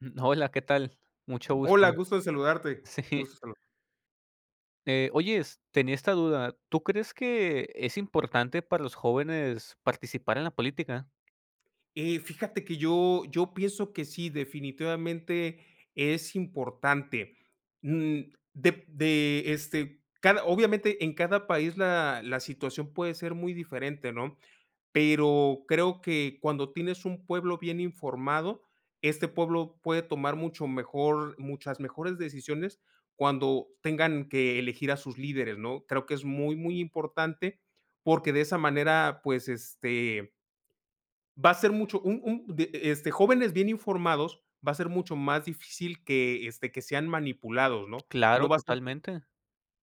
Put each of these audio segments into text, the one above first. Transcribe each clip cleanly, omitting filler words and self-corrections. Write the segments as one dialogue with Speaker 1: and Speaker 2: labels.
Speaker 1: Hola, ¿qué tal? Mucho
Speaker 2: Hola,
Speaker 1: gusto.
Speaker 2: gusto en saludarte,
Speaker 1: Sí.
Speaker 2: gusto en saludarte.
Speaker 1: Oyes, tenía esta duda. ¿Tú crees que es importante para los jóvenes participar en la política?
Speaker 2: Fíjate que yo pienso que sí, definitivamente es importante, mm, cada obviamente, en cada país la situación puede ser muy diferente, ¿no? Pero creo que cuando tienes un pueblo bien informado, este pueblo puede tomar mucho mejor muchas mejores decisiones cuando tengan que elegir a sus líderes, ¿no? Creo que es muy, muy importante, porque de esa manera, pues, va a ser mucho un de este, jóvenes bien informados, va a ser mucho más difícil que, que sean manipulados, ¿no?
Speaker 1: Claro,
Speaker 2: No va a ser
Speaker 1: totalmente.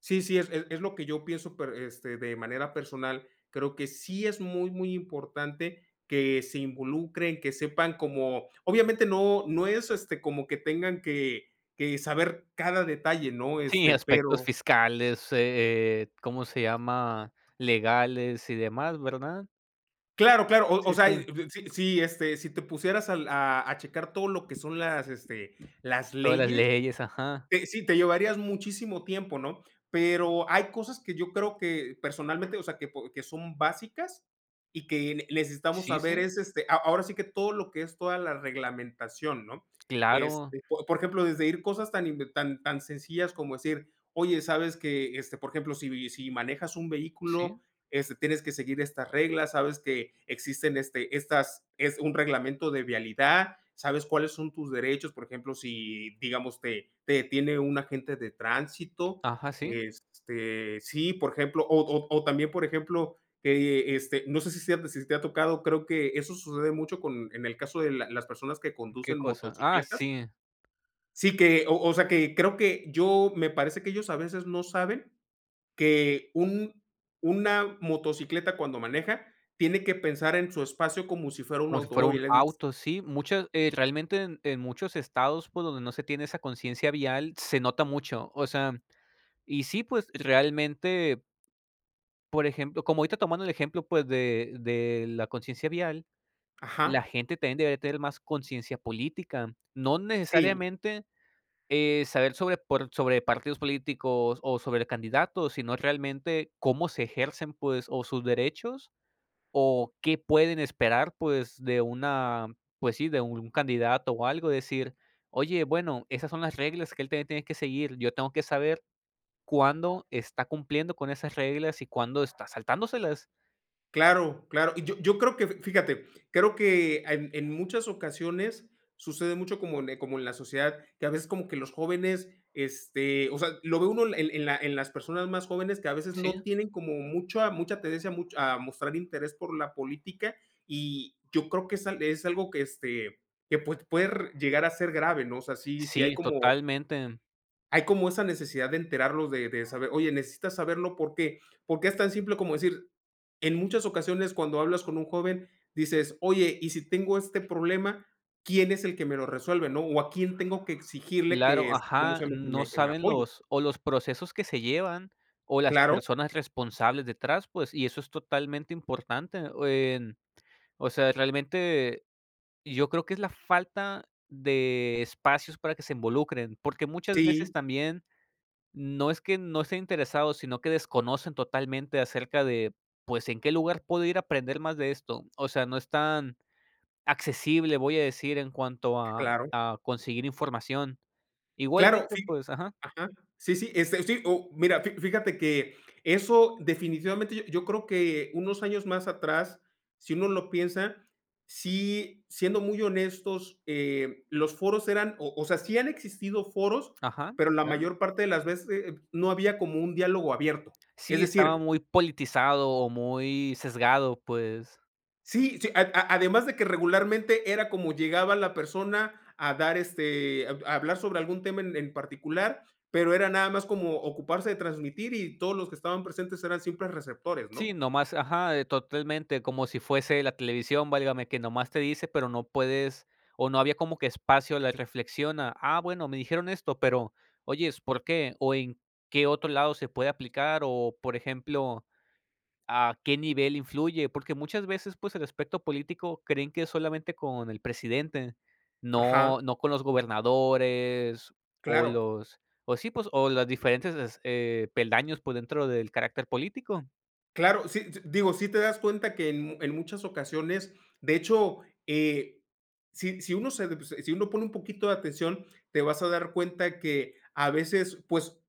Speaker 2: Sí, sí, es lo que yo pienso, pero, de manera personal, creo que sí es muy, muy importante que se involucren, que sepan como obviamente no es, como que tengan que saber cada detalle, ¿no?
Speaker 1: Sí,
Speaker 2: Este,
Speaker 1: aspectos
Speaker 2: pero
Speaker 1: fiscales, ¿cómo se llama? Legales y demás, ¿verdad?
Speaker 2: claro, claro, o
Speaker 1: Sí, sí.
Speaker 2: sea, y si te pusieras al a checar todo lo que son las, las
Speaker 1: Todas las
Speaker 2: leyes.
Speaker 1: leyes, ajá.
Speaker 2: Te llevarías muchísimo tiempo, ¿no? Pero hay cosas que yo creo que personalmente, o sea, que po que son básicas y que ne necesitamos
Speaker 1: Sí,
Speaker 2: saber
Speaker 1: sí.
Speaker 2: es, a ahora sí que todo lo que es toda la reglamentación, ¿no?
Speaker 1: Claro,
Speaker 2: Este, po por ejemplo, desde ir cosas tan inve tan sencillas como decir: "Oye, ¿sabes que?", por ejemplo, si manejas un
Speaker 1: sí.
Speaker 2: vehículo, tienes que seguir estas reglas, sabes que existen estas, es un reglamento de vialidad, sabes cuáles son tus derechos, por ejemplo, si, digamos, te detiene un agente de tránsito,
Speaker 1: Ajá, sí.
Speaker 2: sí, por ejemplo, o también, por ejemplo, que, no sé si, si te ha tocado, creo que eso sucede mucho con, en el caso de las personas que
Speaker 1: ¿Qué
Speaker 2: conducen
Speaker 1: cosa? Ah,
Speaker 2: motocicletas,
Speaker 1: sí.
Speaker 2: sí que, o sea, que creo que yo, me parece que ellos a veces no saben que un una motocicleta cuando maneja tiene que pensar en su espacio como si fuera un
Speaker 1: Como si fuera un
Speaker 2: automóvil, es
Speaker 1: auto, sí. Muchas, realmente en muchos estados por donde no se tiene esa conciencia vial, se nota mucho. O sea, y sí, pues, realmente, por ejemplo, como ahorita tomando el ejemplo, pues, de la conciencia vial, la
Speaker 2: ajá,
Speaker 1: gente también debería tener más conciencia política. No
Speaker 2: sí.
Speaker 1: necesariamente, saber sobre por sobre partidos políticos o sobre candidatos, sino realmente cómo se ejercen, pues, o sus derechos o qué pueden esperar, pues, de una pues sí, de un candidato o algo, decir: "Oye, bueno, esas son las reglas que él también tiene que seguir. Yo tengo que saber cuándo está cumpliendo con esas reglas y cuándo está saltándoselas".
Speaker 2: Claro, claro. Y yo creo que, fíjate, creo que en muchas ocasiones sucede mucho como en la sociedad, que a veces como que los jóvenes, o sea, lo ve uno en la en las personas más jóvenes que a veces
Speaker 1: Sí,
Speaker 2: no tienen como mucha tendencia much a mostrar interés por la política, y yo creo que es al es algo que, que, pues, puede llegar a ser grave, ¿no? O sea, sí
Speaker 1: sí, totalmente.
Speaker 2: hay como esa necesidad de enterarlos, de saber, oye, necesitas saberlo, ¿por qué? Porque es tan simple como decir, en muchas ocasiones cuando hablas con un joven, dices, oye, y si tengo este problema, ¿quién es el que me lo resuelve, no? O a quién tengo que exigirle que,
Speaker 1: Claro,
Speaker 2: ¿cómo
Speaker 1: ajá,
Speaker 2: se llama?
Speaker 1: no
Speaker 2: Que me
Speaker 1: saben
Speaker 2: apoye.
Speaker 1: los o los procesos que se llevan o las
Speaker 2: Claro,
Speaker 1: personas responsables detrás, pues, y eso es totalmente importante, o en o sea, realmente. Y yo creo que es la falta de espacios para que se involucren, porque muchas veces
Speaker 2: sí,
Speaker 1: también no es que no estén interesados, sino que desconocen totalmente acerca de, pues, en qué lugar puedo ir a aprender más de esto. O sea, no es tan accesible, voy a decir, en cuanto
Speaker 2: claro.
Speaker 1: a conseguir información.
Speaker 2: Claro,
Speaker 1: Igualmente,
Speaker 2: fi
Speaker 1: pues ajá,
Speaker 2: Ajá. Sí, sí, sí, o mira, fí fíjate que eso definitivamente yo creo que unos años más atrás, si uno lo piensa, sí, siendo muy honestos, los foros eran, o sea, sí han existido foros,
Speaker 1: ajá,
Speaker 2: pero la
Speaker 1: claro.
Speaker 2: mayor parte de las veces no había como un diálogo abierto. Es
Speaker 1: Sí, estaba
Speaker 2: decir,
Speaker 1: muy politizado o muy sesgado, pues.
Speaker 2: Sí, sí, a además de que regularmente era como llegaba la persona a dar, a hablar sobre algún tema en particular, pero era nada más como ocuparse de transmitir y todos los que estaban presentes eran simples receptores, ¿no?
Speaker 1: Sí, nomás, ajá, totalmente, como si fuese la televisión, válgame, que nomás te dice, pero no puedes, o no había como que espacio a la reflexión a, ah, bueno, me dijeron esto, pero, oyes, ¿por qué? ¿O en qué otro lado se puede aplicar? O, por ejemplo, ¿a qué nivel influye? Porque muchas veces, pues, el aspecto político creen que es solamente con el presidente,
Speaker 2: Ajá,
Speaker 1: no, no con los gobernadores, o
Speaker 2: claro.
Speaker 1: los, o sí, pues, o las diferentes peldaños, pues, dentro del carácter político.
Speaker 2: Claro, sí, s digo, sí te das cuenta que en muchas ocasiones, de hecho, eh, si uno se pues, si uno pone un poquito de atención, te vas a dar cuenta que a veces, pues,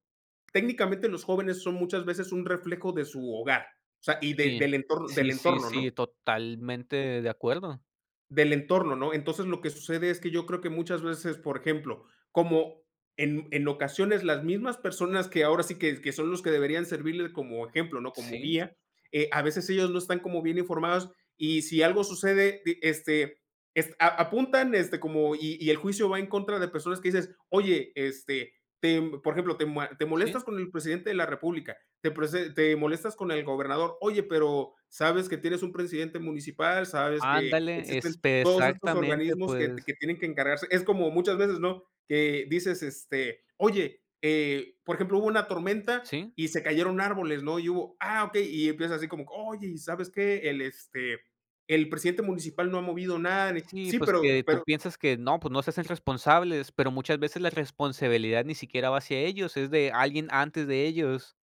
Speaker 2: técnicamente los jóvenes son muchas veces un reflejo de su hogar, o sea, y de
Speaker 1: Sí,
Speaker 2: del entorno,
Speaker 1: sí, sí, sí,
Speaker 2: ¿no?
Speaker 1: totalmente de acuerdo.
Speaker 2: Del entorno, ¿no? Entonces, lo que sucede es que yo creo que muchas veces, por ejemplo, como en ocasiones las mismas personas que ahora sí que son los que deberían servirle como ejemplo, ¿no? Como
Speaker 1: Sí,
Speaker 2: guía, a veces ellos no están como bien informados y si algo sucede, di es a apuntan, como y el juicio va en contra de personas que dices: "Oye, te por ejemplo, te
Speaker 1: sí,
Speaker 2: molestas con el presidente de la república, te molestas con el gobernador. Oye, pero sabes que tienes un presidente municipal, sabes que
Speaker 1: ándale,
Speaker 2: existen"
Speaker 1: este,
Speaker 2: todos estos
Speaker 1: exactamente,
Speaker 2: organismos
Speaker 1: pues
Speaker 2: que tienen que encargarse. Es como muchas veces, ¿no? Que dices, oye, por ejemplo, hubo una tormenta
Speaker 1: sí,
Speaker 2: y se cayeron árboles, ¿no? Y hubo, ah, okey, y empieza así como, oye, ¿y sabes qué? El, el presidente municipal no ha movido nada, ni
Speaker 1: sí,
Speaker 2: sí,
Speaker 1: pues
Speaker 2: pero
Speaker 1: que tú piensas que no, pues no se hacen responsables, pero muchas veces la responsabilidad ni siquiera va hacia ellos, es de alguien antes de ellos.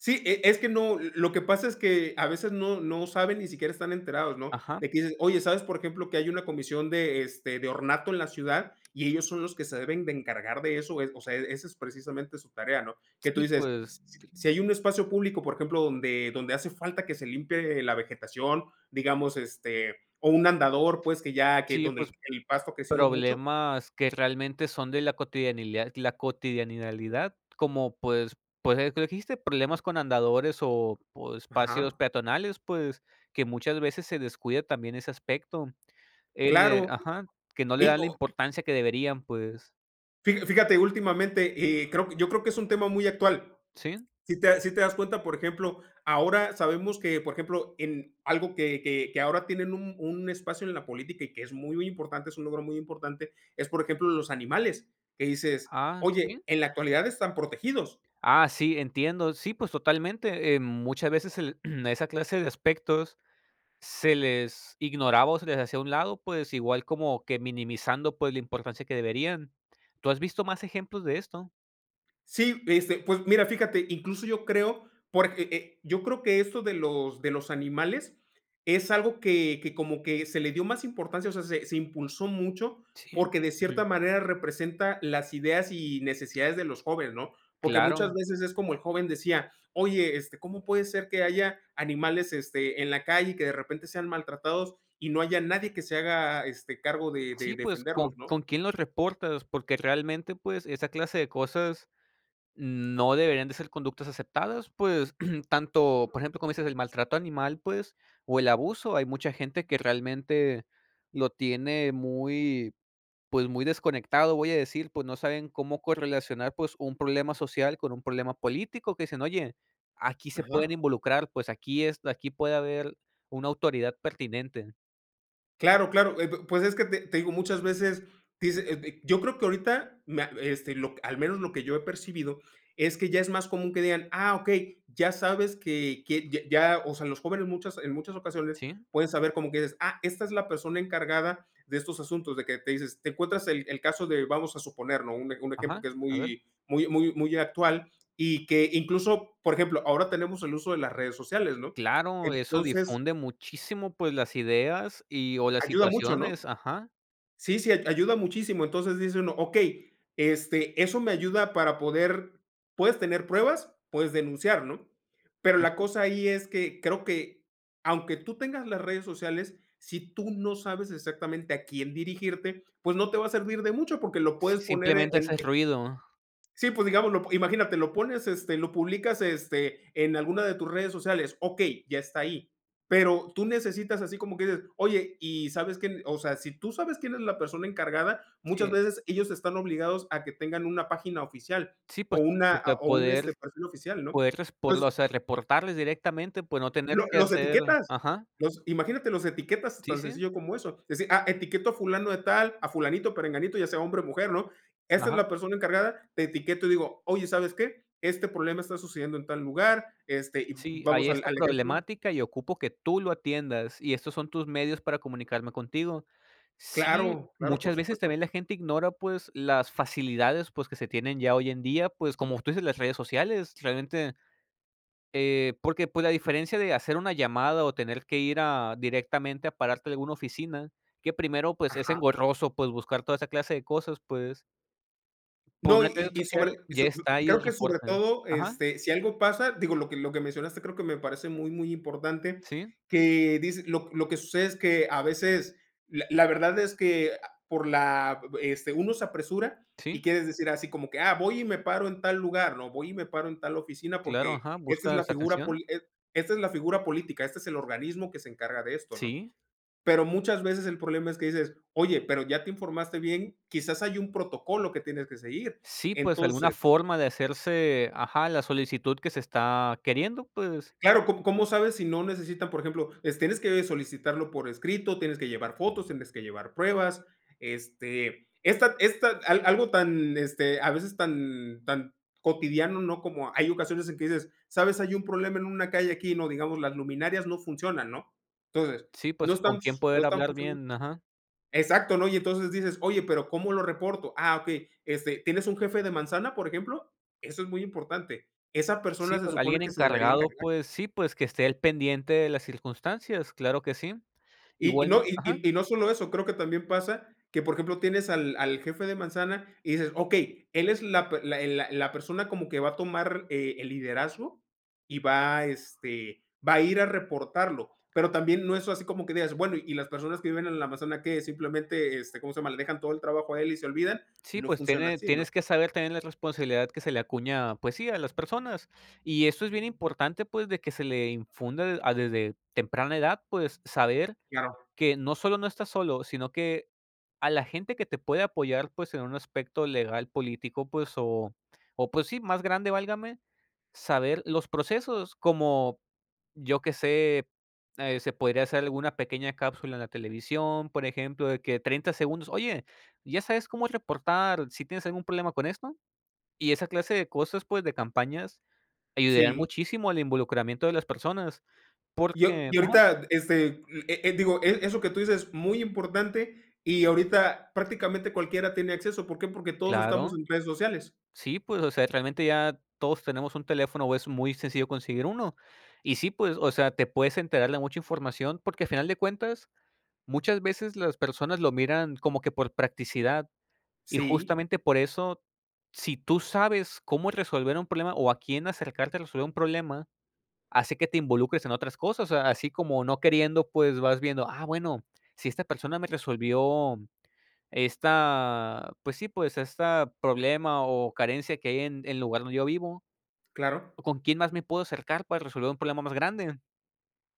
Speaker 2: sí, es que no, lo que pasa es que a veces no saben, ni siquiera están enterados, ¿no?
Speaker 1: Ajá,
Speaker 2: De que dices: "Oye, ¿sabes, por ejemplo, que hay una comisión de, de ornato en la ciudad?". Y ellos son los que se deben de encargar de eso, o sea, esa es precisamente su tarea, ¿no? Que tú
Speaker 1: sí,
Speaker 2: dices,
Speaker 1: pues
Speaker 2: si hay un espacio público, por ejemplo, donde hace falta que se limpie la vegetación, digamos, o un andador, pues, que
Speaker 1: sí,
Speaker 2: donde
Speaker 1: pues.
Speaker 2: el pasto ha crecido mucho
Speaker 1: Problemas que realmente son de la cotidianidad, como, pues pues, lo que dijiste, problemas con andadores o espacios
Speaker 2: ajá,
Speaker 1: peatonales, pues, que muchas veces se descuida también ese aspecto en,
Speaker 2: claro.
Speaker 1: ajá, que no le
Speaker 2: Y
Speaker 1: dan la
Speaker 2: o
Speaker 1: importancia que deberían, pues.
Speaker 2: fija Fíjate, últimamente, creo que yo creo que es un tema muy actual.
Speaker 1: Sí,
Speaker 2: Si te das cuenta, por ejemplo, ahora sabemos que, por ejemplo, en algo que ahora tienen un espacio en la política y que es muy muy importante, es un logro muy importante, es, por ejemplo, los animales, que dices:
Speaker 1: ah, sí.
Speaker 2: "Oye, en la actualidad están protegidos".
Speaker 1: Ah, sí, entiendo. Sí, pues, totalmente, muchas veces el esa clase de aspectos se les ignoraba o se les hacía a un lado, pues, igual como que minimizando, pues, la importancia que deberían. ¿Tú has visto más ejemplos de esto?
Speaker 2: Sí, pues mira, fíjate, incluso yo creo, porque yo creo que esto de los animales es algo que como que se le dio más importancia, o sea, se impulsó mucho
Speaker 1: Sí.
Speaker 2: porque de cierta
Speaker 1: Ujú.
Speaker 2: manera representa las ideas y necesidades de los jóvenes, ¿no? Porque
Speaker 1: Claro.
Speaker 2: muchas veces es como el joven decía, oye, ¿cómo puede ser que haya animales en la calle y que de repente sean maltratados y no haya nadie que se haga cargo de
Speaker 1: Sí, pues,
Speaker 2: defenderlos, ¿no?
Speaker 1: con quién los reportas? Porque realmente, pues, esa clase de cosas no deberían de ser conductas aceptadas, pues, tanto, por ejemplo, como dices, el maltrato animal, pues, o el abuso. Hay mucha gente que realmente lo tiene muy pues, muy desconectado, voy a decir, pues, no saben cómo correlacionar, pues, un problema social con un problema político, que dicen: "Oye, aquí se pueden
Speaker 2: Ajá.
Speaker 1: involucrar, pues, aquí es aquí puede haber una autoridad pertinente".
Speaker 2: Claro, claro, p pues es que te digo, muchas veces dice, yo creo que ahorita me ha lo al menos lo que yo he percibido es que ya es más común que digan: "Ah, okey, ya sabes que ya", o sea, los jóvenes muchas en muchas ocasiones
Speaker 1: Sí.
Speaker 2: pueden saber como que dices: "Ah, esta es la persona encargada de estos asuntos", de que te dices te encuentras el caso de, vamos a suponer, ¿no? Un un ejemplo
Speaker 1: Ajá,
Speaker 2: que es
Speaker 1: a ver.
Speaker 2: muy actual y que incluso, por ejemplo, ahora tenemos el uso de las redes sociales, ¿no?
Speaker 1: Claro, eso
Speaker 2: Entonces,
Speaker 1: difunde muchísimo, pues, las ideas y o las
Speaker 2: ayuda mucho, ¿no?
Speaker 1: situaciones, ajá.
Speaker 2: Sí, sí, ay ayuda muchísimo. Entonces dice uno: "Okey, eso me ayuda para poder puedes tener pruebas, puedes denunciar", ¿no? Pero
Speaker 1: Sí,
Speaker 2: la
Speaker 1: sí.
Speaker 2: cosa ahí es que creo que, aunque tú tengas las redes sociales, si tú no sabes exactamente a quién dirigirte, pues no te va a servir de mucho, porque lo
Speaker 1: Sí,
Speaker 2: puedes poner
Speaker 1: simplemente
Speaker 2: en
Speaker 1: haces ruido.
Speaker 2: sí, pues digamos, imagínate, lo pones, lo publicas, en alguna de tus redes sociales, ok, ya está ahí. Pero tú necesitas así como que dices, oye, y sabes que, o sea, si tú sabes quién es la persona encargada,
Speaker 1: Sí,
Speaker 2: muchas veces ellos están obligados a que tengan una página oficial
Speaker 1: sí,
Speaker 2: o
Speaker 1: pues,
Speaker 2: una,
Speaker 1: de
Speaker 2: o un
Speaker 1: poder
Speaker 2: perfil oficial, ¿no?
Speaker 1: poder respor o
Speaker 2: Entonces,
Speaker 1: sea, reportarles directamente, pues, no tener
Speaker 2: lo
Speaker 1: que
Speaker 2: los
Speaker 1: hacer
Speaker 2: etiquetas,
Speaker 1: ajá,
Speaker 2: los imagínate, los etiquetas
Speaker 1: sí,
Speaker 2: tan
Speaker 1: sí,
Speaker 2: sencillo como eso. Decir: "Ah, etiqueto a fulano de tal, a fulanito, perenganito", ya sea hombre o mujer, ¿no? Esta es
Speaker 1: ajá.
Speaker 2: la persona encargada, te etiqueto y digo: "Oye, ¿sabes qué? Este problema está sucediendo en tal lugar", y
Speaker 1: Sí, hay
Speaker 2: vamos
Speaker 1: esta
Speaker 2: al ejemplo
Speaker 1: problemática y ocupo que tú lo atiendas y estos son tus medios para comunicarme contigo. Sí,
Speaker 2: claro, claro, por
Speaker 1: muchas veces
Speaker 2: supuesto.
Speaker 1: también la gente ignora, pues, las facilidades, pues, que se tienen ya hoy en día, pues, como tú dices, las redes sociales, realmente, porque, pues, la diferencia de hacer una llamada o tener que ir a directamente a pararte a alguna oficina, que primero, pues, es
Speaker 2: Ajá.
Speaker 1: engorroso, pues, buscar toda esa clase de cosas, pues, por
Speaker 2: No,
Speaker 1: una red
Speaker 2: y sobre
Speaker 1: social
Speaker 2: y
Speaker 1: ya
Speaker 2: so
Speaker 1: está ahí
Speaker 2: creo
Speaker 1: el
Speaker 2: que sobre
Speaker 1: reporte.
Speaker 2: todo,
Speaker 1: Ajá,
Speaker 2: si algo pasa, digo, lo que mencionaste creo que me parece muy, muy importante,
Speaker 1: sí,
Speaker 2: que dice lo que sucede es que a veces la verdad es que por la uno se apresura
Speaker 1: sí,
Speaker 2: y quieres decir así como que: "Ah, voy y me paro en tal lugar", ¿no? Voy y me paro en tal oficina
Speaker 1: claro,
Speaker 2: porque
Speaker 1: ajá,
Speaker 2: esta es la
Speaker 1: buscas
Speaker 2: figura
Speaker 1: atención.
Speaker 2: poli e esta es la figura política, este es el organismo que se encarga de esto, ¿no?
Speaker 1: Sí,
Speaker 2: Pero muchas veces el problema es que dices: "Oye, pero ya te informaste bien, quizás hay un protocolo que tienes que seguir".
Speaker 1: sí, pues, alguna
Speaker 2: Entonces,
Speaker 1: forma de hacerse ajá, la solicitud que se está queriendo, pues,
Speaker 2: claro, ¿cómo sabes si no necesitan, por ejemplo, es tienes que solicitarlo por escrito, tienes que llevar fotos, tienes que llevar pruebas, esta al algo tan, a veces tan cotidiano, ¿no? Como hay ocasiones en que dices: "¿Sabes? Hay un problema en una calle aquí", ¿no? Digamos, las luminarias no funcionan, ¿no? Entonces,
Speaker 1: sí,
Speaker 2: no
Speaker 1: pues, con
Speaker 2: están
Speaker 1: quién
Speaker 2: no
Speaker 1: poder
Speaker 2: están
Speaker 1: hablar
Speaker 2: funcionando
Speaker 1: bien, ajá.
Speaker 2: exacto, ¿no? Y entonces dices: "Oye, pero ¿cómo lo reporto?". Ah, okey, ¿tienes un jefe de manzana, por ejemplo? Eso es muy importante. Esa
Speaker 1: Sí,
Speaker 2: persona se
Speaker 1: pues,
Speaker 2: supone
Speaker 1: alguien
Speaker 2: que se debería
Speaker 1: encargado,
Speaker 2: encargar.
Speaker 1: pues, sí, pues, que esté al pendiente de las circunstancias, claro que sí. Igual, ajá,
Speaker 2: No solo eso, creo que también pasa que, por ejemplo, tienes al jefe de manzana y dices: "Okey, él es la pe la la la persona como que va a tomar, el liderazgo y va, va a ir a reportarlo". Pero también no es así como que digas: "Bueno, y las personas que viven en la manzana, que simplemente, ¿cómo se llama? ¿Le dejan todo el trabajo a él y se olvidan?".
Speaker 1: sí,
Speaker 2: No
Speaker 1: pues,
Speaker 2: funciona
Speaker 1: tiene
Speaker 2: así, ¿no?
Speaker 1: tienes que saber también la responsabilidad que se le acuña, pues sí, a las personas. Y esto es bien importante, pues, de que se le infunda de- a desde temprana edad, pues, saber
Speaker 2: Claro,
Speaker 1: que no solo no estás solo, sino que a la gente que te puede apoyar, pues, en un aspecto legal, político, pues, o, pues, sí, más grande, válgame, saber los procesos, como, yo que sé, se podría hacer alguna pequeña cápsula en la televisión, por ejemplo, de que 30 segundos: "Oye, ¿ya sabes cómo reportar si tienes algún problema con esto?". Y esa clase de cosas, pues, de campañas ayudarían
Speaker 2: sí.
Speaker 1: muchísimo al involucramiento de las personas,
Speaker 2: Y a
Speaker 1: porque
Speaker 2: y
Speaker 1: ajá,
Speaker 2: Ahorita, digo, eso que tú dices es muy importante, y ahorita prácticamente cualquiera tiene acceso, ¿por qué? Porque todos estamos
Speaker 1: claro.
Speaker 2: en redes sociales.
Speaker 1: Sí, pues, o sea, realmente ya todos tenemos un teléfono, o es muy sencillo conseguir uno. Y sí, pues, o sea, te puedes enterar de mucha información, porque al final de cuentas, muchas veces las personas lo miran como que por practicidad. Y
Speaker 2: Sí,
Speaker 1: justamente por eso, si tú sabes cómo resolver un problema o a quién acercarte a resolver un problema, hace que te involucres en otras cosas. O sea, así como no queriendo, pues vas viendo, ah, bueno, si esta persona me resolvió esta, pues sí, pues, esta problema o carencia que hay en el lugar donde yo vivo,
Speaker 2: claro.
Speaker 1: o ¿con quién más me puedo acercar para resolver un problema más grande?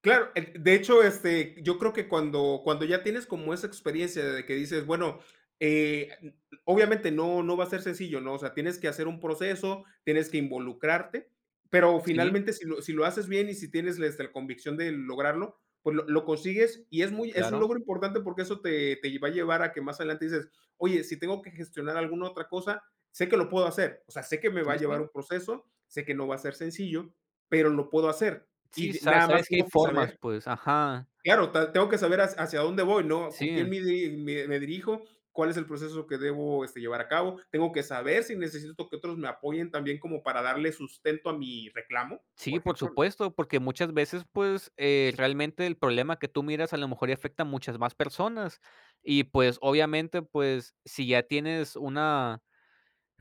Speaker 2: Claro, de hecho, yo creo que cuando ya tienes como esa experiencia de que dices, bueno, obviamente no, no va a ser sencillo, ¿no? O sea, tienes que hacer un proceso, tienes que involucrarte, pero
Speaker 1: Sí,
Speaker 2: finalmente si lo haces bien y si tienes la convicción de lograrlo, pues lo consigues y es, muy, es un
Speaker 1: claro.
Speaker 2: logro importante porque eso te va a llevar a que más adelante dices, oye, si tengo que gestionar alguna otra cosa, sé que lo puedo hacer, o sea, sé que me va
Speaker 1: Sí,
Speaker 2: a
Speaker 1: sí.
Speaker 2: llevar un proceso, sé que no va a ser sencillo, pero lo puedo hacer y
Speaker 1: Sí,
Speaker 2: de
Speaker 1: sa
Speaker 2: nada más
Speaker 1: sabes que hay
Speaker 2: tengo que
Speaker 1: formas,
Speaker 2: saber
Speaker 1: pues, ajá.
Speaker 2: claro, ta tengo que saber hacia dónde voy, ¿no? Con
Speaker 1: Sí,
Speaker 2: quién me di me me dirijo, cuál es el proceso que debo, llevar a cabo. Tengo que saber si necesito que otros me apoyen también como para darle sustento a mi reclamo,
Speaker 1: sí,
Speaker 2: por
Speaker 1: por
Speaker 2: ejemplo, ¿no?
Speaker 1: supuesto, porque muchas veces, pues, realmente el problema que tú miras a lo mejor y afecta a muchas más personas. Y, pues, obviamente, pues, si ya tienes una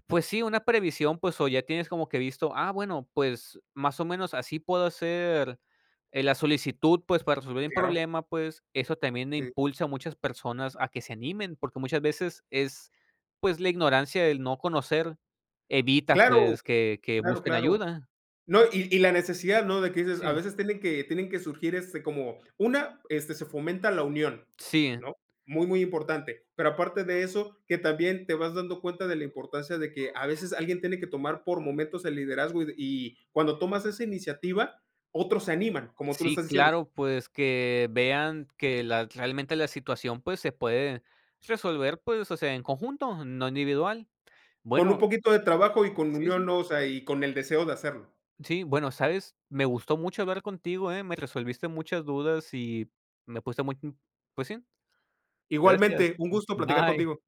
Speaker 1: pues sí, una previsión, pues, o ya tienes como que visto, ah, bueno, pues, más o menos así puedo hacer, la solicitud, pues, para resolver un
Speaker 2: Claro,
Speaker 1: problema, pues, eso también
Speaker 2: sí.
Speaker 1: impulsa a muchas personas a que se animen, porque muchas veces es, pues, la ignorancia del no conocer evita,
Speaker 2: Claro,
Speaker 1: pues, que
Speaker 2: claro,
Speaker 1: busquen
Speaker 2: claro.
Speaker 1: ayuda.
Speaker 2: No, y la necesidad, ¿no? De que dices,
Speaker 1: Sí.
Speaker 2: a veces tienen que surgir, como una, se fomenta la unión,
Speaker 1: Sí,
Speaker 2: ¿no? Muy, muy importante. Pero aparte de eso, que también te vas dando cuenta de la importancia de que a veces alguien tiene que tomar por momentos el liderazgo y cuando tomas esa iniciativa, otros se animan, como tú lo
Speaker 1: sí,
Speaker 2: estás diciendo,
Speaker 1: claro, pues, que vean que la realmente la situación, pues, se puede resolver, pues, o sea, en conjunto, no individual.
Speaker 2: con un
Speaker 1: Bueno,
Speaker 2: poquito de trabajo y con
Speaker 1: sí, sí.
Speaker 2: unión, ¿no? O sea, y con el deseo de hacerlo.
Speaker 1: Sí, bueno, ¿sabes? Me gustó mucho hablar contigo, ¿eh? Me resolviste muchas dudas y me puse muy pues sí, gracias.
Speaker 2: Igualmente, un gusto platicar
Speaker 1: Bye.
Speaker 2: contigo.